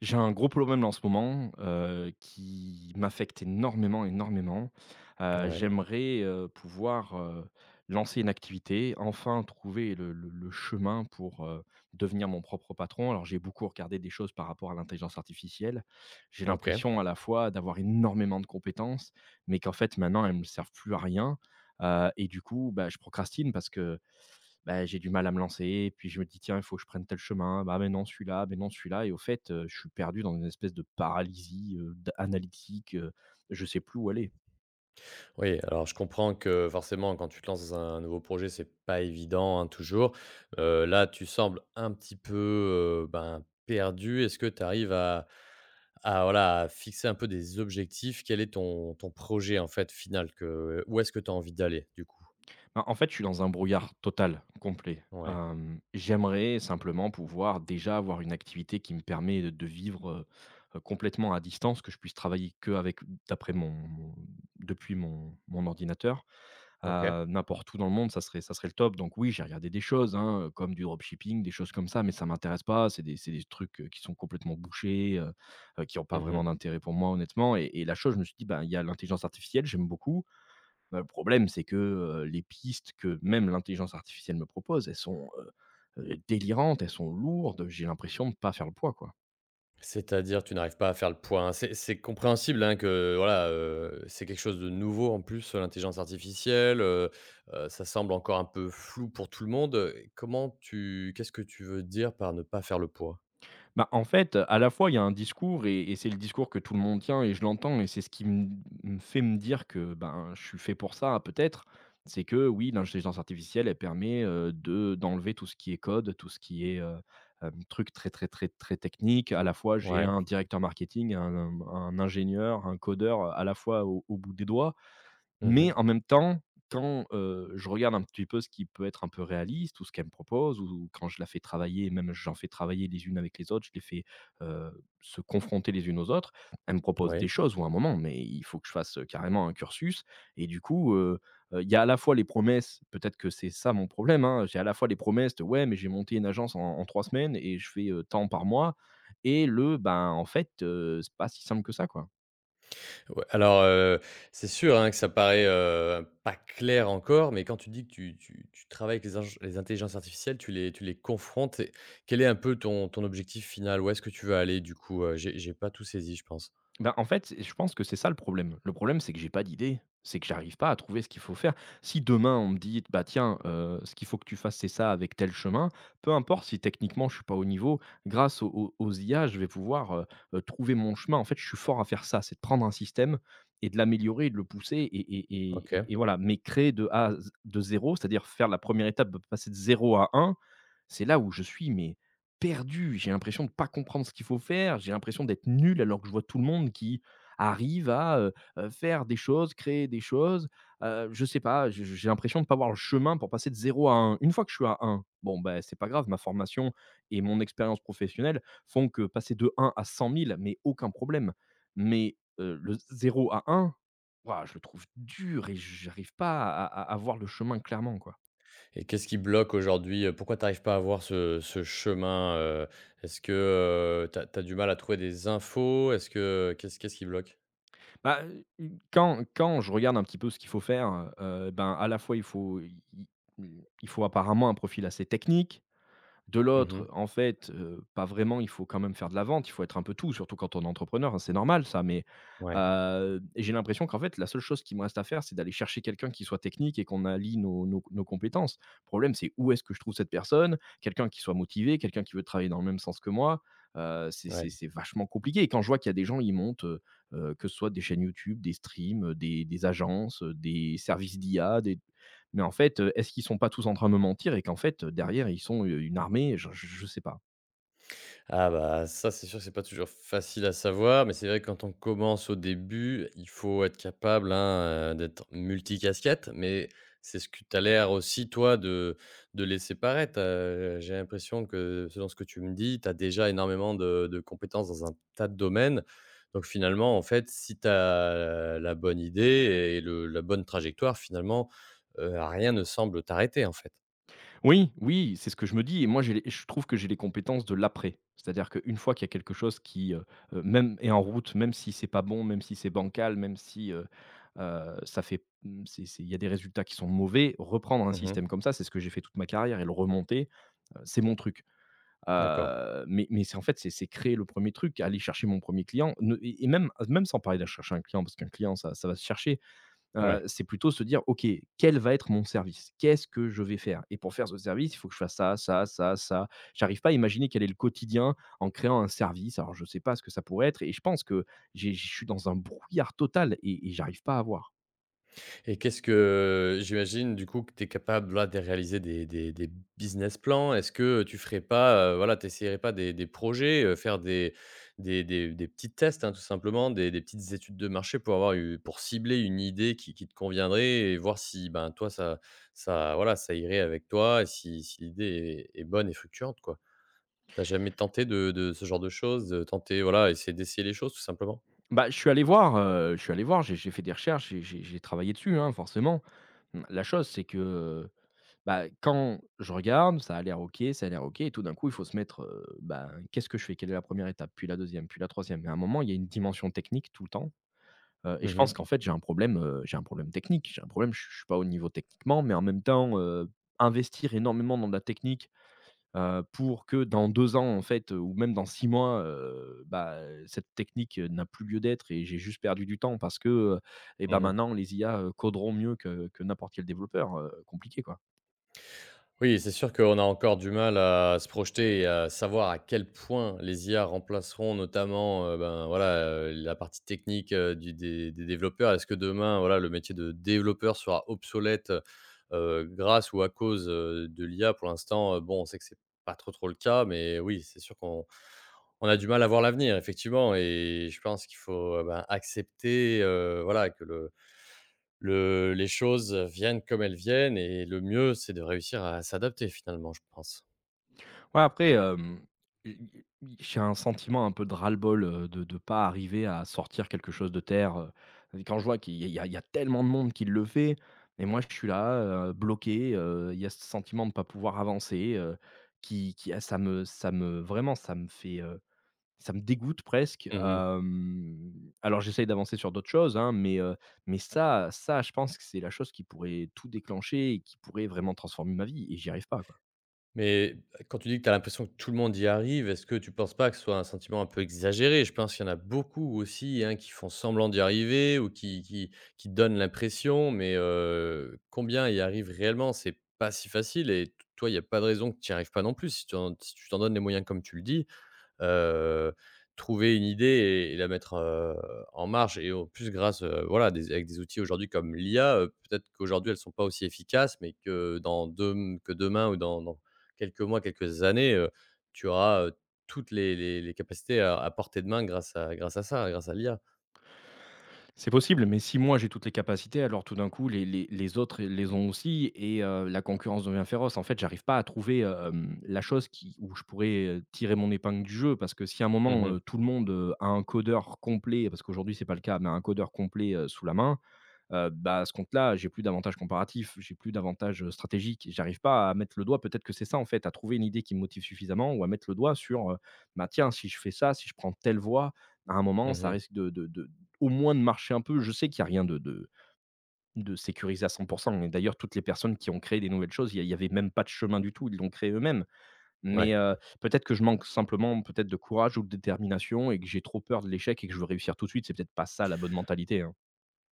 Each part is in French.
J'ai un gros problème en ce moment, qui m'affecte énormément, énormément. Ouais, J'aimerais, pouvoir, lancer une activité, enfin trouver le chemin pour, devenir mon propre patron. Alors j'ai beaucoup regardé des choses par rapport à l'intelligence artificielle. J'ai OK. l'impression à la fois d'avoir énormément de compétences, mais qu'en fait maintenant elles ne me servent plus à rien, et du coup, bah, je procrastine parce que bah, j'ai du mal à me lancer, et puis je me dis: «Tiens, il faut que je prenne tel chemin. Bah, mais non, celui-là» et au fait, je suis perdu dans une espèce de paralysie, d analytique, je sais plus où aller. Oui, alors je comprends que forcément quand tu te lances dans un nouveau projet, c'est pas évident, hein, toujours. Là, tu sembles un petit peu, ben, perdue. Est-ce que tu arrives à voilà, à fixer un peu des objectifs? Quel est ton projet, en fait, final que où est-ce que tu as envie d'aller, du coup? Ben, en fait, je suis dans un brouillard total, complet. Ouais, J'aimerais simplement pouvoir déjà avoir une activité qui me permet de vivre, heu complètement à distance, que je puisse travailler que avec d'après mon depuis mon ordinateur. OK. N'importe où dans le monde, ça serait le top. Donc oui, j'ai regardé des choses, hein, comme du dropshipping, des choses comme ça, mais ça m'intéresse pas. C'est des trucs, qui sont complètement bouchés, qui ont pas Mmh. vraiment d'intérêt pour moi, honnêtement et la chose, je me suis dit: «Bah, il y a l'intelligence artificielle, j'aime beaucoup». Bah, le problème, c'est que, les pistes que même l'intelligence artificielle me propose, elles sont, délirantes, elles sont lourdes, j'ai l'impression de ne pas faire le poids, quoi. C'est-à-dire, tu n'arrives pas à faire le point? C'est compréhensible, hein, que voilà, c'est quelque chose de nouveau en plus, l'intelligence artificielle, ça semble encore un peu flou pour tout le monde, comment tu qu'est-ce que tu veux dire par ne pas faire le poids? Bah, en fait, à la fois, il y a un discours et c'est le discours que tout le monde tient et je l'entends et c'est ce qui m me fait me dire que, ben, je suis fait pour ça peut-être. C'est que oui, l'intelligence artificielle, elle permet, de d'enlever tout ce qui est code, tout ce qui est, truc très, très, très, très technique. À la fois, j'ai Ouais. un directeur marketing, un ingénieur, un codeur, à la fois au bout des doigts. Mais en Mmh. même temps, quand, je regarde un petit peu ce qui peut être un peu réaliste ou ce qu'elle me propose ou quand je la fais travailler, même j'en fais travailler les unes avec les autres, je les fais, se confronter les unes aux autres. Elle me propose des Ouais. choses ou un moment, mais il faut que je fasse, carrément un cursus et du coup, il y a à la fois les promesses, peut-être que c'est ça mon problème, hein, j'ai à la fois les promesses de: «Ouais, mais j'ai monté une agence en 3 semaines et je fais, tant par mois» et le, ben, en fait, c'est pas si simple que ça, quoi. Ouais, alors, c'est sûr, hein, que ça paraît, pas clair encore, mais quand tu dis que tu travailles avec les intelligences artificielles, tu les confrontes et quel est un peu ton objectif final? Où est-ce que tu veux aller du coup? J'ai pas tout saisi, je pense. Ben, en fait, je pense que c'est ça le problème. Le problème, c'est que j'ai pas d'idée. C'est que j'arrive pas à trouver ce qu'il faut faire. Si demain on me dit, bah tiens, ce qu'il faut que tu fasses, c'est ça avec tel chemin, peu importe si techniquement je suis pas au niveau, grâce aux IA, je vais pouvoir, trouver mon chemin. En fait, je suis fort à faire ça, c'est de prendre un système et de l'améliorer et de le pousser et et et OK. et et voilà. Mais créer de A à Z de zéro, c'est-à-dire faire la première étape, de passer de zéro à un, c'est là où je suis mais perdu, j'ai l'impression de pas comprendre ce qu'il faut faire, j'ai l'impression d'être nul alors que je vois tout le monde qui arrive à, faire des choses, créer des choses. Je sais pas, j'ai l'impression de pas voir le chemin pour passer de zéro à un. Une fois que je suis à un, bon, ben c'est pas grave, ma formation et mon expérience professionnelle font que passer de un à 100 000, mais aucun problème. Mais, le zéro à un, waouh, je le trouve dur et j'arrive pas à voir le chemin clairement, quoi. Et qu'est-ce qui bloque aujourd'hui? Pourquoi tu arrives pas à voir ce chemin? Est-ce que, tu as du mal à trouver des infos? Est-ce que qu'est-ce qu'est-ce qui bloque? Bah, quand je regarde un petit peu ce qu'il faut faire, ben, à la fois il faut apparemment un profil assez technique, de Mmh. l'autre, en fait, pas vraiment, il faut quand même faire de la vente, il faut être un peu tout, surtout quand on est entrepreneur, hein, c'est normal ça, mais, Ouais, j'ai l'impression qu'en fait, la seule chose qui me reste à faire, c'est d'aller chercher quelqu'un qui soit technique et qu'on allie nos compétences. Le problème, c'est où est-ce que je trouve cette personne? Quelqu'un qui soit motivé, quelqu'un qui veut travailler dans le même sens que moi, c'est ouais. c'est c'est vachement compliqué et quand je vois qu'il y a des gens, ils montent, que ce soit des chaînes YouTube, des streams, des agences, des services d'IA, des mais en fait, est-ce qu'ils sont pas tous en train de me mentir et qu'en fait, derrière ils sont, une armée? Je sais pas. Ah bah, ça, c'est sûr que c'est pas toujours facile à savoir, mais c'est vrai que quand on commence au début, il faut être capable, hein, d'être multicasquette, mais c'est ce que tu as l'air aussi toi de laisser paraître. J'ai l'impression que selon ce que tu me dis, tu as déjà énormément de compétences dans un tas de domaines. Donc finalement, en fait, si tu as la bonne idée et le la bonne trajectoire finalement, rien ne semble t'arrêter, en fait. Oui, oui, c'est ce que je me dis et moi j'ai les je trouve que j'ai les compétences de l'après. C'est-à-dire qu'une fois qu'il y a quelque chose qui, même est en route, même si c'est pas bon, même si c'est bancal, même si, ça fait mmh, c'est il y a des résultats qui sont mauvais, reprendre un Mmh. système comme ça, c'est ce que j'ai fait toute ma carrière et le remonter, c'est mon truc. D'accord, Mais c'est en fait, c'est créer le premier truc, aller chercher mon premier client, ne et même sans parler d'aller chercher un client parce qu'un client ça va se chercher. ouais. C'est plutôt se dire: «OK, quel va être mon service? Qu'est-ce que je vais faire? Et pour faire ce service, il faut que je fasse ça, ça, ça, ça». J'arrive pas à imaginer quel est le quotidien en créant un service. Alors je sais pas ce que ça pourrait être et je pense que j'ai je suis dans un brouillard total et j'arrive pas à voir. Et qu'est-ce que j'imagine du coup que tu es capable là de réaliser des business plans? Est-ce que tu ferais pas, voilà, t'essayerais pas des projets, faire des petits tests, hein, tout simplement, des petites études de marché pour avoir eu pour cibler une idée qui te conviendrait et voir si, ben, toi ça voilà, ça irait avec toi et si l'idée est bonne et fructueuse, quoi? T'as jamais tenté de ce genre de choses, de tenter, voilà, essayer d'essayer les choses tout simplement? Bah, je suis allé voir, j'ai fait des recherches, j'ai travaillé dessus, hein, forcément. Mmh, la chose, c'est que, bah, quand je regarde, ça a l'air OK, ça a l'air OK et tout d'un coup, il faut se mettre, ben, qu'est-ce que je fais? Quelle est la première étape? Puis la deuxième puis la troisième et à un moment, il y a une dimension technique tout le temps, et je Mmh mh. pense qu'en fait, j'ai un problème technique. J'ai un problème, je suis pas au niveau techniquement, mais en même temps, investir énormément dans de la technique, pour que dans 2 ans, en fait, ou même dans 6 mois, bah, cette technique, n'a plus lieu d'être et j'ai juste perdu du temps parce que, heu et bah, Mmh. maintenant les IA, coderont mieux que n'importe quel développeur, compliqué, quoi. Oui, c'est sûr qu'on a encore du mal à se projeter et à savoir à quel point les IA remplaceront notamment, ben, voilà, la partie technique, du des développeurs. Est-ce que demain, voilà, le métier de développeur sera obsolète, grâce ou à cause, de l'IA? Pour l'instant, bon, on sait que c'est pas trop, trop le cas, mais oui, c'est sûr qu'on on a du mal à voir l'avenir effectivement et je pense qu'il faut, ben, accepter, voilà, que le les choses, viennent comme elles viennent et le mieux, c'est de réussir à s'adapter finalement, je pense. Ouais, après, i i j'ai un sentiment un peu de ras-le-bol, de pas arriver à sortir quelque chose de terre, et quand je vois qu'il y a il y a il y a tellement de monde qui le fait et moi, je suis là, bloqué, il y a ce sentiment de ne pas pouvoir avancer, ça me vraiment, ça me fait, ça me dégoûte presque, Mmh. Alors j'essaye d'avancer sur d'autres choses, hein, mais ça, je pense que c'est la chose qui pourrait tout déclencher et qui pourrait vraiment transformer ma vie et j'y arrive pas. Mais quand tu dis que tu as l'impression que tout le monde y arrive, est-ce que tu penses pas que ce soit un sentiment un peu exagéré? Je pense qu'il y en a beaucoup aussi, hein, qui font semblant d'y arriver ou qui donnent l'impression, mais combien y arrivent réellement? C'est pas si facile et t toi, il n'y a pas de raison que tu n'y arrives pas non plus si tu en si tu t'en donnes les moyens comme tu le dis, heu, trouver une idée et la mettre, en marche et en plus grâce, voilà, des avec des outils aujourd'hui comme l'IA, peut-être qu'aujourd'hui elles ne sont pas aussi efficaces, mais que dans dem que demain ou dans quelques mois, quelques années, tu auras, toutes les capacités à portée de main grâce à ça, grâce à l'IA. C'est possible, mais si moi j'ai toutes les capacités, alors tout d'un coup les autres les ont aussi et la concurrence devient féroce. En fait, j'arrive pas à trouver, la chose qui où je pourrais, tirer mon épingle du jeu parce que si à un Mmh moment, mh. Tout le monde, a un codeur complet, parce qu'aujourd'hui c'est pas le cas, mais un codeur complet, sous la main, bah, à ce compte-là, j'ai plus d'avantages comparatifs, j'ai plus d'avantages stratégique. J'arrive pas à mettre le doigt, peut-être que c'est ça en fait, à trouver une idée qui me motive suffisamment ou à mettre le doigt sur, bah, tiens, si je fais ça, si je prends telle voie, à un moment, ça Mmh. risque de au moins de marcher un peu. Je sais qu'il y a rien de sécurisé à 100%. Et d'ailleurs toutes les personnes qui ont créé des nouvelles choses, il y avait même pas de chemin du tout, ils l'ont créé eux-mêmes. Ouais. Mais, peut-être que je manque simplement peut-être de courage ou de détermination et que j'ai trop peur de l'échec et que je veux réussir tout de suite, c'est peut-être pas ça la bonne mentalité, hein.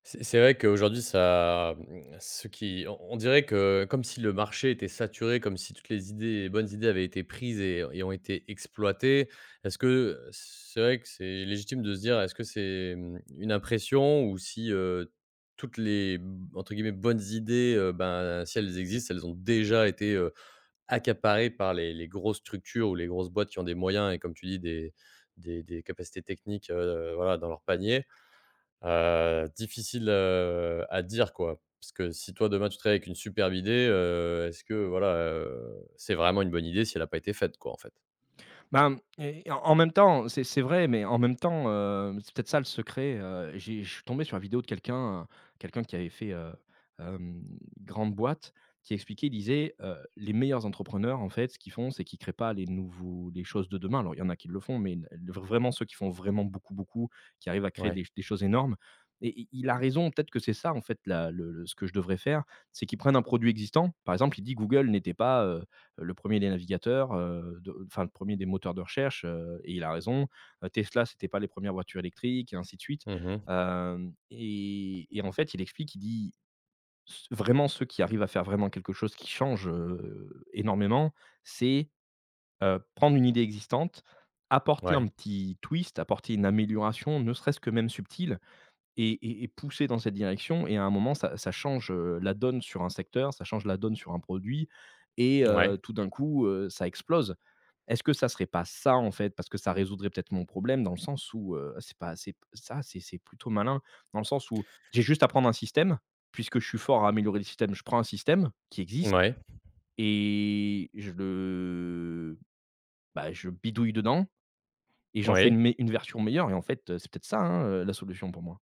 C'est vrai qu'aujourd'hui, ça, ce qui on dirait que comme si le marché était saturé, comme si toutes les bonnes idées avaient été prises et ont été exploitées. Est-ce que, c'est vrai que c'est légitime de se dire, est-ce que c'est, une impression ou si, toutes les, entre guillemets, «bonnes idées», ben, si elles existent, elles ont déjà été, accaparées par les grosses structures ou les grosses boîtes qui ont des moyens et comme tu dis des capacités techniques, voilà, dans leur panier? Difficile, à dire, quoi. Parce que si toi, demain, tu te avec une superbe idée, est-ce que, voilà, c'est vraiment une bonne idée si elle a pas été faite, quoi, en fait? Ben, et en même temps, c'est vrai, mais en même temps, c'est peut-être ça le secret, j'ai je suis tombé sur la vidéo de quelqu'un, quelqu'un qui avait fait, hem, grande boîte, qui expliquait, il disait: «Les meilleurs entrepreneurs, en fait, ce qu'ils font, c'est qu'ils créent pas les nouveaux les choses de demain». Alors, il y en a qui le font, mais le vraiment ceux qui font vraiment beaucoup, beaucoup, qui arrivent à créer Ouais. des choses énormes et i il a raison, peut-être que c'est ça, en fait, la le ce que je devrais faire, c'est qu'ils prennent un produit existant. Par exemple, il dit: «Google n'était pas, le premier des navigateurs, de enfin le premier des moteurs de recherche», et il a raison. Tesla, c'était pas les premières voitures électriques et ainsi de suite. Mmh. Hem et en fait, il explique, il dit: «Ce vraiment ceux qui arrivent à faire vraiment quelque chose qui change, énormément, c'est, prendre une idée existante, apporter un Ouais. petit twist, apporter une amélioration, ne serait-ce que même subtile». Et poussé dans cette direction et à un moment ça change, la donne sur un secteur, ça change la donne sur un produit et Ouais. tout d'un coup, ça explose. Est-ce que ça serait pas ça, en fait? Parce que ça résoudrait peut-être mon problème dans le sens où, c'est pas c'est ça, c'est plutôt malin dans le sens où j'ai juste à prendre un système, puisque je suis fort à améliorer les systèmes, je prends un système qui existe Ouais. et je le bah, je bidouille dedans et j'en fais Ouais. Une version meilleure et en fait, c'est peut-être ça, hein, la solution pour moi.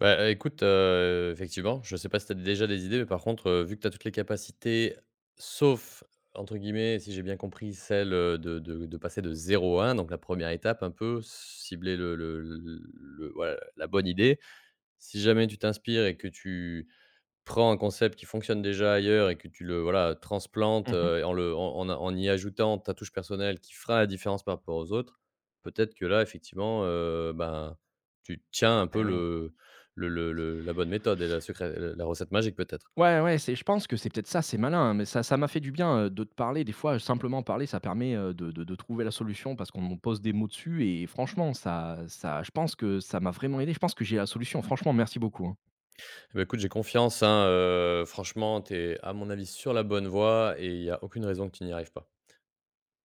Bah, écoute, effectivement, je sais pas si tu as déjà des idées, mais par contre, vu que tu as toutes les capacités, sauf, entre guillemets, si j'ai bien compris, celle, de passer de zéro à 1, donc la première étape un peu, cibler voilà, la bonne idée. Si jamais tu t'inspires et que tu prends un concept qui fonctionne déjà ailleurs et que tu le voilà, transplantes, Mmh. En le en en en y ajoutant ta touche personnelle qui fera la différence par rapport aux autres, peut-être que là, effectivement, ben, tu tiens un peu Eh oui. Le la bonne méthode et la recette magique peut-être. Ouais, ouais, c'est je pense que c'est peut-être ça, c'est malin, hein, mais ça m'a fait du bien, de te parler. Des fois, simplement parler, ça permet, de trouver la solution parce qu'on me pose des mots dessus et franchement, ça je pense que ça m'a vraiment aidé. Je pense que j'ai la solution. Franchement, merci beaucoup, hein. Bah, écoute, j'ai confiance, hein, franchement, tu es à mon avis sur la bonne voie et il y a aucune raison que tu n'y arrives pas.